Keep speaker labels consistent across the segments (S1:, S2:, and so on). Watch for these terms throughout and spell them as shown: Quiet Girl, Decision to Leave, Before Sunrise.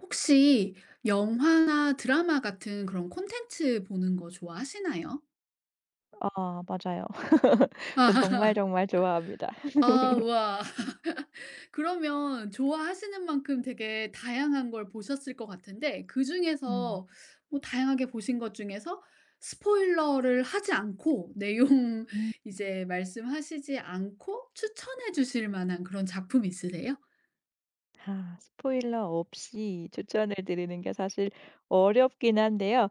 S1: 혹시 영화나 드라마 같은 그런 콘텐츠 보는 거 좋아하시나요?
S2: 아 맞아요. 저 정말 정말 좋아합니다.
S1: 아 와. 그러면 좋아하시는 만큼 되게 다양한 걸 보셨을 것 같은데
S2: 음.
S1: 그중에서 뭐 다양하게 보신 것 중에서 스포일러를 하지 않고 내용
S2: 음.
S1: 이제 말씀하시지 않고 추천해 주실 만한 그런 작품 있으세요?
S2: 아, 스포일러 없이 추천을 드리는 게 사실 어렵긴 한데요.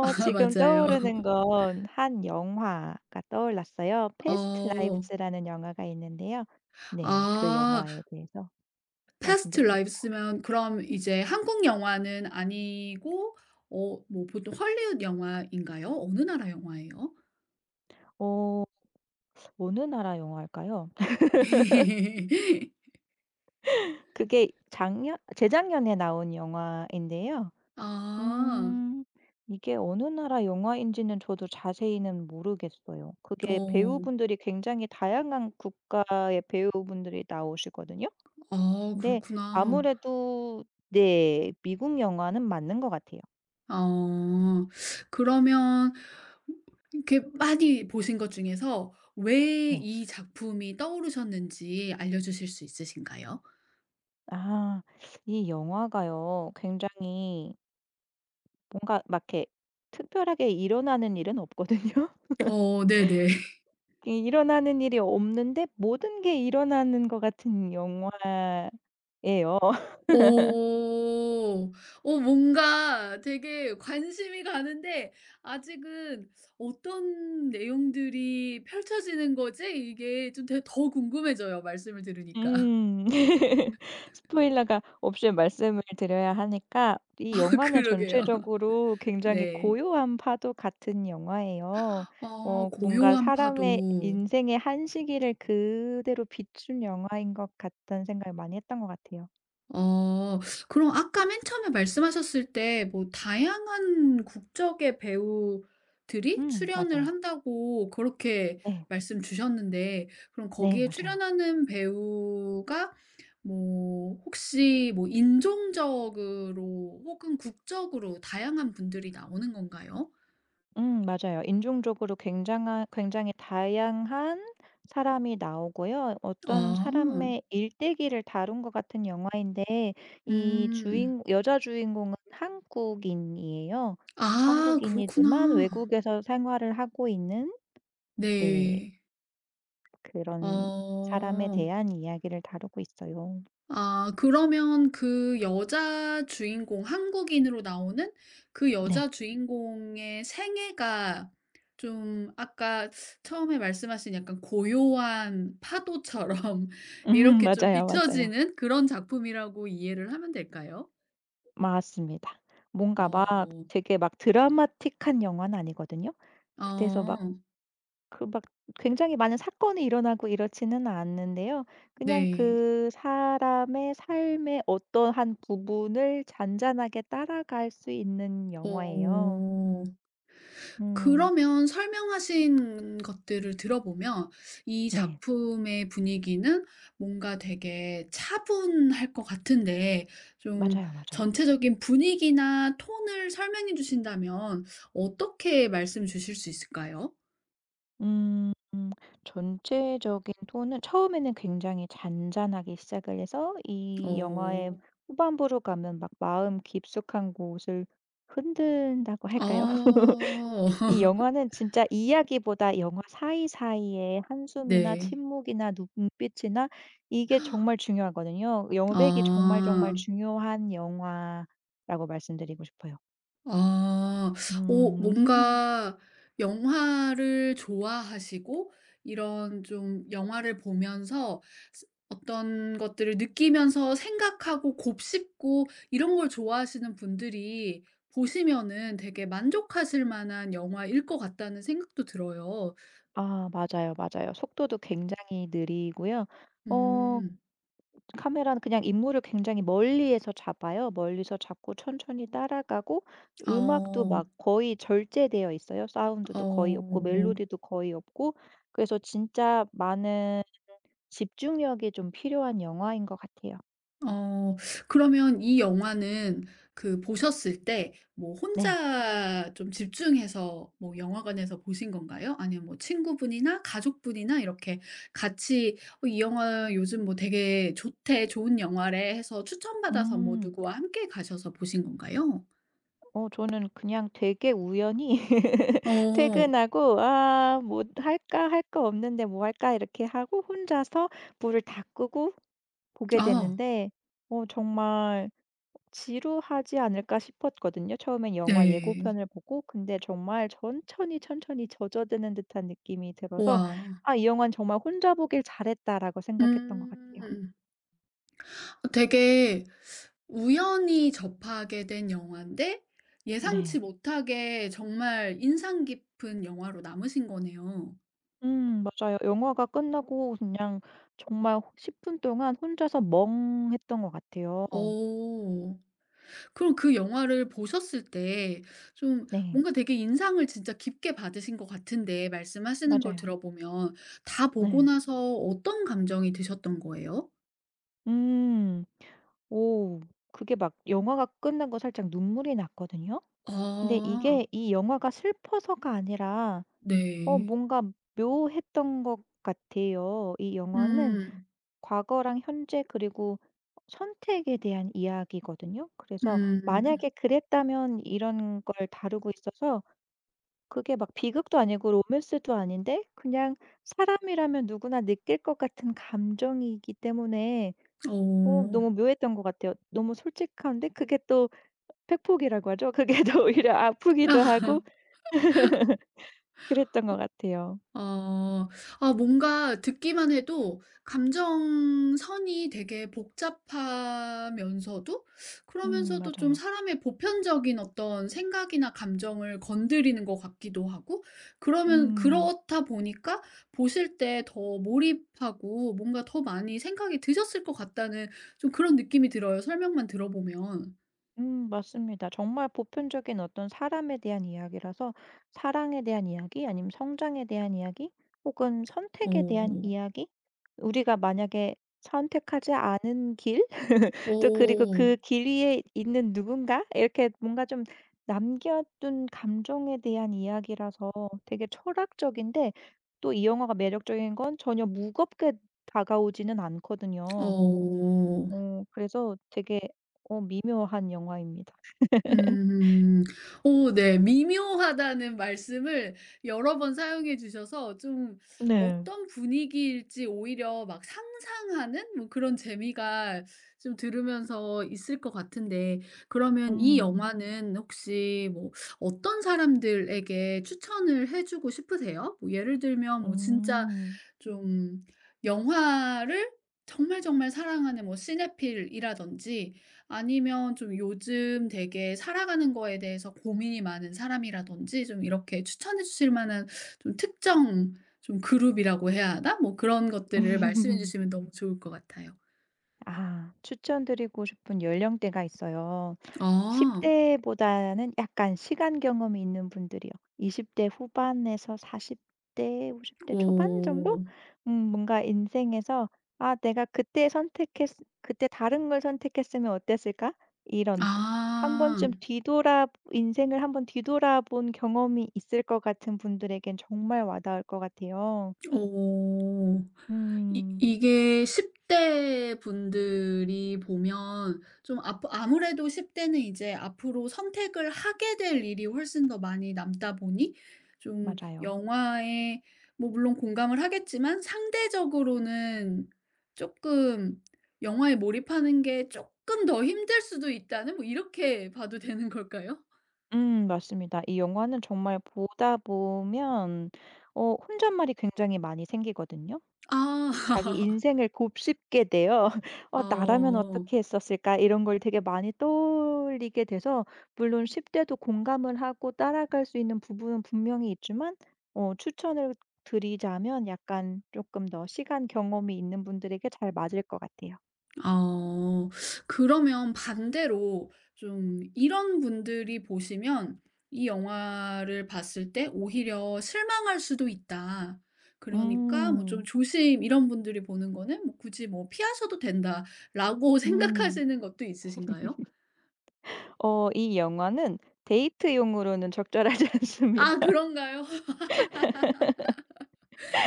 S1: 아
S2: 지금
S1: 맞아요.
S2: 떠오르는 건 한 영화가 떠올랐어요. 패스트
S1: 어.
S2: 라이브스라는 영화가 있는데요. 네, 그
S1: 아.
S2: 영화에 대해서
S1: past
S2: 말씀드리고 싶어요.
S1: lives면 그럼 이제 한국 영화는 아니고 어 뭐 보통 헐리우드 영화인가요? 어느 나라 영화예요?
S2: 어 어느 나라 영화일까요? 그게 작년, 재작년에 나온 영화인데요.
S1: 아.
S2: 음. 이게 어느 나라 영화인지는 저도 자세히는 모르겠어요. 그게
S1: 어.
S2: 배우분들이 굉장히 다양한 국가의 배우분들이 나오시거든요.
S1: 아
S2: 근데
S1: 그렇구나.
S2: 아무래도 네. 미국 영화는 맞는 것 같아요.
S1: 아. 그러면 이렇게 많이 보신 것 중에서 왜
S2: 네.
S1: 이 작품이 떠오르셨는지 알려 주실 수 있으신가요?
S2: 아. 이 영화가요, 굉장히 뭔가 막 이렇게 특별하게 일어나는 일은 없거든요.
S1: 어 네네.
S2: 이 일어나는 일이 없는데 모든 게 일어나는 것 같은 영화예요.
S1: 오. 어 뭔가 되게 관심이 가는데 아직은 '어떤 내용들이 펼쳐지는 거지?' 이게 좀 더 궁금해져요 말씀을 들으니까.
S2: 음. 스포일러가 없이 말씀을 드려야 하니까, 이 영화는
S1: 그러게요.
S2: 전체적으로 굉장히
S1: 네.
S2: 고요한 파도 같은 영화예요.
S1: 아
S2: 뭔가
S1: 고요한
S2: 사람의
S1: 파도.
S2: 인생의 한 시기를 그대로 비춘 영화인 것 같다는 생각을 많이 했던 것 같아요.
S1: 어 그럼 아까 맨 처음에 말씀하셨을 때 뭐 다양한 국적의 배우들이 출연을
S2: 맞아요.
S1: 한다고 그렇게
S2: 네.
S1: 말씀 주셨는데 그럼
S2: 네
S1: 거기에
S2: 맞아요.
S1: 출연하는 배우가 뭐 혹시 뭐 인종적으로 혹은 국적으로 다양한 분들이 나오는 건가요?
S2: 맞아요. 인종적으로 굉장한 굉장히 다양한 사람이 나오고요. 어떤
S1: 아.
S2: 사람의 일대기를 다룬 것 같은 영화인데, 이
S1: 음.
S2: 주인 여자 주인공은 한국인이에요.
S1: 아 그렇구나.
S2: 한국인이지만 외국에서 생활을 하고 있는, 네
S1: 네.
S2: 그런 사람에
S1: 어.
S2: 대한 이야기를 다루고 있어요.
S1: 아 그러면 그 여자 주인공 한국인으로 나오는 그
S2: 네.
S1: 여자 주인공의 생애가 좀 아까 처음에 말씀하신 약간 고요한 파도처럼 이렇게 좀
S2: 맞아요, 맞아요.
S1: 비춰지는 그런 작품이라고 이해를 하면 될까요?
S2: 맞습니다. 뭔가 막
S1: 어.
S2: 되게 막 드라마틱한 영화는 아니거든요. 그래서
S1: 어,
S2: 막 그 막 굉장히 많은 사건이 일어나고 이렇지는 않는데요. 그냥
S1: 네.
S2: 그 사람의 삶의 어떤 한 부분을 잔잔하게 따라갈 수 있는
S1: 어.
S2: 영화예요. 음.
S1: 그러면 설명하신 것들을 들어보면 이
S2: 네.
S1: 작품의 분위기는 뭔가 되게 차분할 것 같은데 좀
S2: 맞아요, 맞아요.
S1: 전체적인 분위기나 톤을 설명해 주신다면 어떻게 말씀 주실 수 있을까요?
S2: 음. 전체적인 톤은 처음에는 굉장히 잔잔하게 시작을 해서, 이 영화의
S1: 어.
S2: 후반부로 가면 막 마음 깊숙한 곳을 흔든다고 할까요?
S1: 아.
S2: 이 영화는 진짜 이야기보다 영화 사이사이의 한숨이나
S1: 네.
S2: 침묵이나 눈 눈빛이나 이게 정말 중요하거든요. 여백이 정말 정말
S1: 아.
S2: 중요한 영화라고 말씀드리고 싶어요.
S1: 아. 오
S2: 음.
S1: 뭔가 영화를 좋아하시고 이런 좀 영화를 보면서 스 어떤 것들을 느끼면서 생각하고 곱씹고 이런 걸 좋아하시는 분들이 보시면은 되게 만족하실 만한 영화일 것 같다는 생각도 들어요.
S2: 아 맞아요, 맞아요. 속도도 굉장히 느리고요. 어
S1: 음.
S2: 카메라는 그냥 인물을 굉장히 멀리에서 잡아요. 멀리서 잡고 천천히 따라가고,
S1: 아
S2: 음악도
S1: 어.
S2: 막 거의 절제되어 있어요. 사운드도 거의 없고
S1: 어.
S2: 멜로디도 거의 없고, 그래서 진짜 많은 집중력이 좀 필요한 영화인 것 같아요.
S1: 어 그러면 이 영화는 그 보셨을 때 뭐
S2: 네.
S1: 혼자 좀 집중해서 뭐 영화관에서 보신 건가요? 아니면 뭐 친구분이나 가족분이나 이렇게 같이 "어 이 영화 요즘 뭐 되게 좋대. 좋은 영화래." 해서 추천받아서 뭐
S2: 음.
S1: 누구와 함께 가셔서 보신 건가요?
S2: 저는 그냥 되게 우연히
S1: 어.
S2: 퇴근하고 '아 뭐 할까? 할 거 없는데 뭐 할까?' 이렇게 하고 혼자서 불을 다 끄고 보게
S1: 아
S2: 됐는데, 정말 지루하지 않을까 싶었거든요. 처음엔 영화
S1: 네.
S2: 예고편을 보고. 근데 정말 천천히, 천천히 젖어드는 듯한 느낌이 들어서
S1: 우와.
S2: '아 이 영화는 정말 혼자 보길 잘했다.'라고 생각했던 것 같아요.
S1: 음. 어 되게 우연히 접하게 된 영화인데
S2: 네.
S1: 예상치 못하게 정말 인상 깊은 영화로 남으신 거네요.
S2: 맞아요. 영화가 끝나고 그냥 정말 십10분 동안 혼자서 멍했던 것 같아요.
S1: 어. 그럼 그 영화를 보셨을 때 좀
S2: 네.
S1: 뭔가 되게 인상을 진짜 깊게 받으신 것 같은데 말씀하시는 걸
S2: 맞아요.
S1: 들어보면 다 보고
S2: 네.
S1: 나서 어떤 감정이 드셨던 거예요?
S2: 음. 오. 그게 막 영화가 끝나고 살짝 눈물이 났거든요. 근데
S1: 아.
S2: 이게 이 영화가 슬퍼서가 아니라
S1: 네.
S2: 뭔가 묘했던 것 같아요. 이 영화는
S1: 음.
S2: 과거랑 현재, 그리고 선택에 대한 이야기거든요. 그래서
S1: 음.
S2: '만약에 그랬다면' 이런 걸 다루고 있어서, 그게 막 비극도 아니고 로맨스도 아닌데 그냥 사람이라면 누구나 느낄 것 같은 감정이기 때문에
S1: 어.
S2: 너무 묘했던 것 같아요. 너무 솔직한데 그게 또 팩폭이라고 하죠. 그게 더 오히려 아프기도 하고 그랬던 것 같아요.
S1: 어. 아 뭔가 듣기만 해도 감정선이 되게 복잡하면서도 그러면서도 좀
S2: 맞아요.
S1: 사람의 보편적인 어떤 생각이나 감정을 건드리는 것 같기도 하고 그러면
S2: 음.
S1: 그렇다 보니까 보실 때 더 몰입하고 뭔가 더 많이 생각이 드셨을 것 같다는 좀 그런 느낌이 들어요 설명만 들어보면.
S2: 맞습니다. 정말 보편적인 어떤 사람에 대한 이야기라서, 사랑에 대한 이야기 아니면 성장에 대한 이야기 혹은 선택에 대한
S1: 어.
S2: 이야기. 우리가 만약에 선택하지 않은 길 또 그리고
S1: 어.
S2: 그 길 위에 있는 누군가 이렇게 뭔가 좀 남겨둔 감정에 대한 이야기라서 되게 철학적인데, 또 이 영화가 매력적인 건 전혀 무겁게 다가오지는 않거든요.
S1: 어.
S2: 그래서 되게 미묘한 영화입니다.
S1: 음. 오 네. 미묘하다는 말씀을 여러 번 사용해 주셔서 좀
S2: 네.
S1: 어떤 분위기일지 오히려 막 상상하는 뭐 그런 재미가 좀 들으면서 있을 것 같은데 그러면 이
S2: 음.
S1: 영화는 혹시 뭐 어떤 사람들에게 추천을 해 주고 싶으세요? 뭐 예를 들면 뭐 진짜
S2: 음.
S1: 좀 영화를 정말 정말 사랑하는 뭐 시네필이라든지 아니면 좀 요즘 되게 살아가는 거에 대해서 고민이 많은 사람이라든지 좀 이렇게 추천해 주실 만한 좀 특정 좀 그룹이라고 해야 하나? 뭐 그런 것들을 말씀해 주시면 너무 좋을 것 같아요.
S2: 아, 추천드리고 싶은 연령대가 있어요.
S1: 아.
S2: 10대 보다는 약간 시간 경험이 있는 분들이요. 20대 후반에서 40대, 50대 초반 정도?
S1: 오.
S2: 뭔가 인생에서 '아 내가 그때 다른 걸 선택했으면 어땠을까?' 이런, 한
S1: 아.
S2: 번쯤 뒤돌아 인생을 한번 뒤돌아본 경험이 있을 것 같은 분들에겐 정말 와닿을 것 같아요.
S1: 어. 이
S2: 음
S1: 이게 10대 분들이 보면 좀 앞으 아무래도 10대 대는 이제 앞으로 선택을 하게 될 일이 훨씬 더 많이 남다 보니 좀
S2: 맞아요.
S1: 영화에 뭐 물론 공감을 하겠지만 상대적으로는 조금 '영화에 몰입하는 게 조금 더 힘들 수도 있다.'는 뭐 이렇게 봐도 되는 걸까요?
S2: 맞습니다. 이 영화는 정말 보다 보면 혼잣말이 굉장히 많이 생기거든요.
S1: 아.
S2: 자기 인생을 곱씹게 돼요. '어 나라면
S1: 어.
S2: 어떻게 했었을까?' 이런 걸 되게 많이 떠올리게 돼서, 물론 10대 대도 공감을 하고 따라갈 수 있는 부분은 분명히 있지만 추천을 드리자면 약간 조금 더 시간 경험이 있는 분들에게 잘 맞을 것 같아요.
S1: 어. 그러면 반대로 좀 이런 분들이 보시면 이 영화를 봤을 때 오히려 실망할 수도 있다. 그러니까 뭐 좀
S2: 음.
S1: 조심 이런 분들이 보는 거는 뭐 굳이 뭐 '피하셔도 된다.'라고
S2: 음.
S1: 생각하시는 것도 있으신가요?
S2: 이 영화는 데이트용으로는 적절하지
S1: 아
S2: 않습니다.
S1: 그런가요?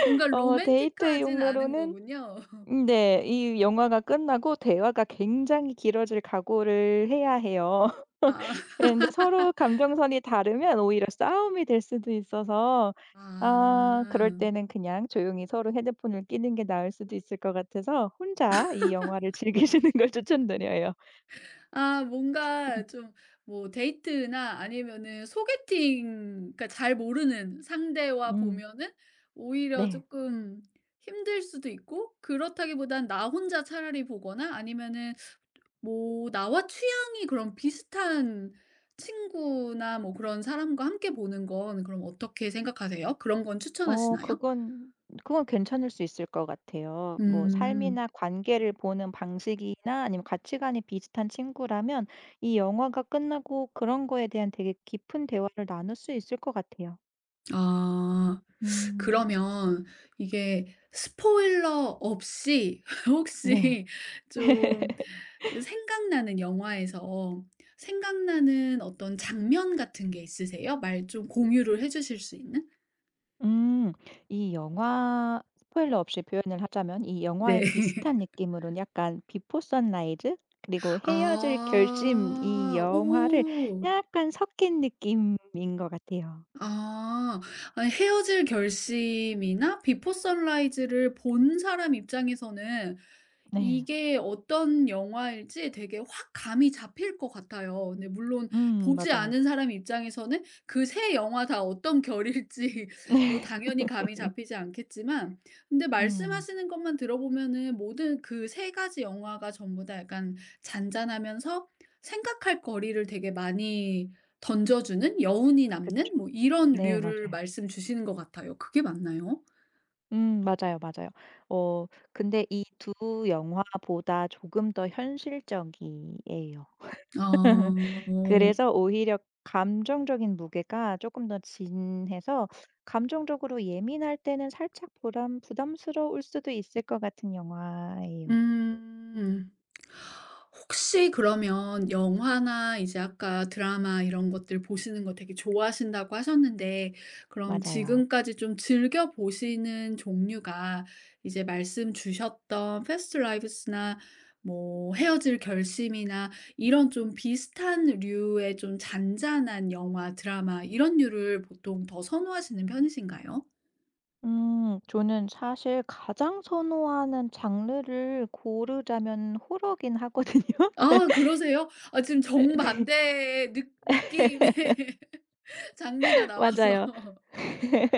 S1: 뭔가
S2: 어
S1: 로맨틱하진 않은
S2: 데이트용으로는,
S1: 거군요.
S2: 네. 이 영화가 끝나고 대화가 굉장히 길어질 각오를 해야 해요.
S1: 아.
S2: 예, 근데 서로 감정선이 다르면 오히려 싸움이 될 수도 있어서, 아 그럴
S1: 아.
S2: 때는 그냥 조용히 서로 헤드폰을 끼는 게 나을 수도 있을 것 같아서 혼자 이 영화를 즐기시는 걸 추천드려요.
S1: 아 뭔가 좀 뭐 데이트나 아니면은 소개팅 그러니까 잘 모르는 상대와
S2: 음.
S1: 보면은 오히려
S2: 네.
S1: 조금 힘들 수도 있고 그렇다기보단 나 혼자 차라리 보거나 아니면은 뭐 나와 취향이 그런 비슷한 친구나 뭐 그런 사람과 함께 보는 건 그럼 어떻게 생각하세요? 그런 건
S2: 어
S1: 추천하시나요?
S2: 그건 그건 괜찮을 수 있을 것 같아요. 뭐
S1: 음.
S2: 삶이나 관계를 보는 방식이나 아니면 가치관이 비슷한 친구라면 이 영화가 끝나고 그런 거에 대한 되게 깊은 대화를 나눌 수 있을 것 같아요.
S1: 아.
S2: 음.
S1: 그러면 이게 스포일러 없이
S2: 네.
S1: 혹시 좀 생각나는 영화에서 생각나는 어떤 장면 같은 게 있으세요? 말 좀 공유를 해 주실 수 있는?
S2: 음, 이 영화 스포일러 없이 표현을 하자면 이 영화에
S1: 네.
S2: 비슷한 느낌으로는 약간 비포 선라이즈 그리고 헤어질 결심, 이
S1: 아.
S2: 영화를
S1: 오.
S2: 약간 섞인 느낌인 것 같아요.
S1: 아. 아니 헤어질 결심이나 비포 선라이즈를 본 사람 입장에서는
S2: 네.
S1: 이게 어떤 영화일지 되게 확 감이 잡힐 것 같아요. 근데 물론 보지
S2: 맞아요.
S1: 않은 사람 입장에서는 그 세 영화 다 어떤 결일지 뭐
S2: 네.
S1: 당연히 감이 잡히지 않겠지만 근데
S2: 음
S1: 말씀하시는 것만 들어보면은 모든 그 세 가지 영화가 전부 다 약간 잔잔하면서 생각할 거리를 되게 많이 던져주는 여운이 남는
S2: 그쵸.
S1: 뭐 이런
S2: 네
S1: 류를
S2: 맞아요.
S1: 말씀 주시는 것 같아요. 그게 맞나요?
S2: 맞아요, 맞아요. 어 근데 이 두 영화보다 조금 더 현실적이에요.
S1: 아. 어.
S2: 그래서 오히려 감정적인 무게가 조금 더 진해서 감정적으로 예민할 때는 살짝 부담스러울 수도 있을 것 같은 영화예요.
S1: 음. 혹시 그러면 영화나 이제 아까 드라마 이런 것들 보시는 거 되게 좋아하신다고 하셨는데 그럼
S2: 맞아요.
S1: 지금까지 좀 즐겨 보시는 종류가 이제 말씀 주셨던 패스트 라이브스나 뭐 헤어질 결심이나 이런 좀 비슷한 류의 좀 잔잔한 영화, 드라마 이런 류를 보통 더 선호하시는 편이신가요?
S2: 음, 저는 사실 가장 선호하는 장르를 고르자면 호러긴 하거든요.
S1: 아 그러세요? 아 지금
S2: 네.
S1: 정반대의 느 느낌의 장르가 나와서.
S2: 맞아요.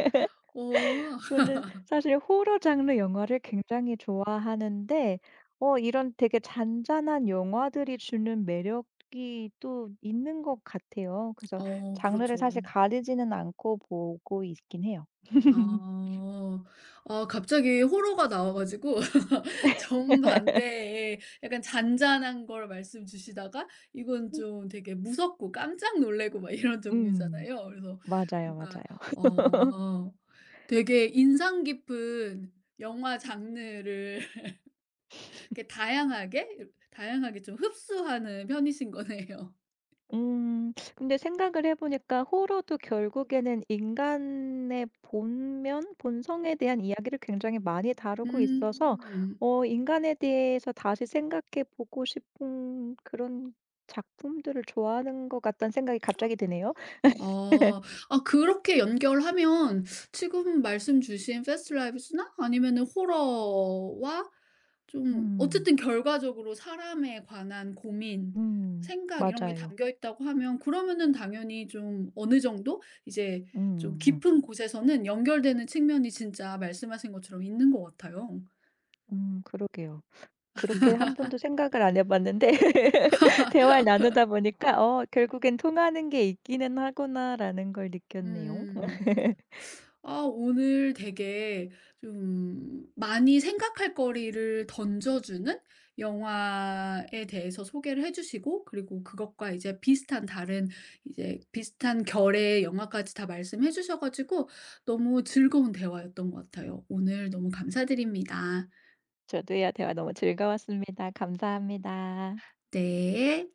S1: 어.
S2: 저는 사실 호러 장르 영화를 굉장히 좋아하는데 이런 되게 잔잔한 영화들이 주는 매력이 또 있는 것 같아요. 그래서
S1: 어
S2: 장르를 사실
S1: 그렇죠.
S2: 가리지는 않고 보고 있긴 해요.
S1: 아. 아 갑자기 호러가 나와 가지고 정반대의 약간 잔잔한 걸 말씀 주시다가 이건 좀 되게 무섭고 깜짝 놀래고 막 이런
S2: 음
S1: 종류잖아요. 그래서
S2: 맞아요,
S1: 뭔가
S2: 맞아요.
S1: 어 되게 인상 깊은 영화 장르를 이렇게 다양하게 좀 흡수하는 편이신 거네요.
S2: 음. 근데 생각을 해 보니까 호러도 결국에는 인간의 본면, 본성에 대한 이야기를 굉장히 많이 다루고 있어서
S1: 음.
S2: 인간에 대해서 다시 생각해 보고 싶은 그런 작품들을 좋아하는 것 같다는 생각이 갑자기 드네요.
S1: 아. 아 그렇게 연결하면 지금 말씀 주신 패스트 라이브스나 아니면은 호러와 좀
S2: 음.
S1: 어쨌든 결과적으로 사람에 관한 고민,
S2: 음.
S1: 생각 이런 게
S2: 맞아요.
S1: 담겨 있다고 하면 그러면은 당연히 좀 어느 정도 이제 좀
S2: 음. 음.
S1: 깊은 곳에서는 연결되는 측면이 진짜 말씀하신 것처럼 있는 것 같아요.
S2: 그러게요. 그렇게 한 번도 생각을 안 해 봤는데 대화를 나누다 보니까 '어 결국엔 통하는 게 있기는 하구나.'라는 걸 느꼈네요.
S1: 음. 아, 오늘 되게 좀 많이 생각할 거리를 던져주는 영화에 대해서 소개를 해주시고, 그리고 그것과 이제 비슷한 다른, 이제 비슷한 결의 영화까지 다 말씀해 주셔가지고, 너무 즐거운 대화였던 것 같아요. 오늘 너무 감사드립니다.
S2: 저도요. 대화 너무 즐거웠습니다. 감사합니다.
S1: 네.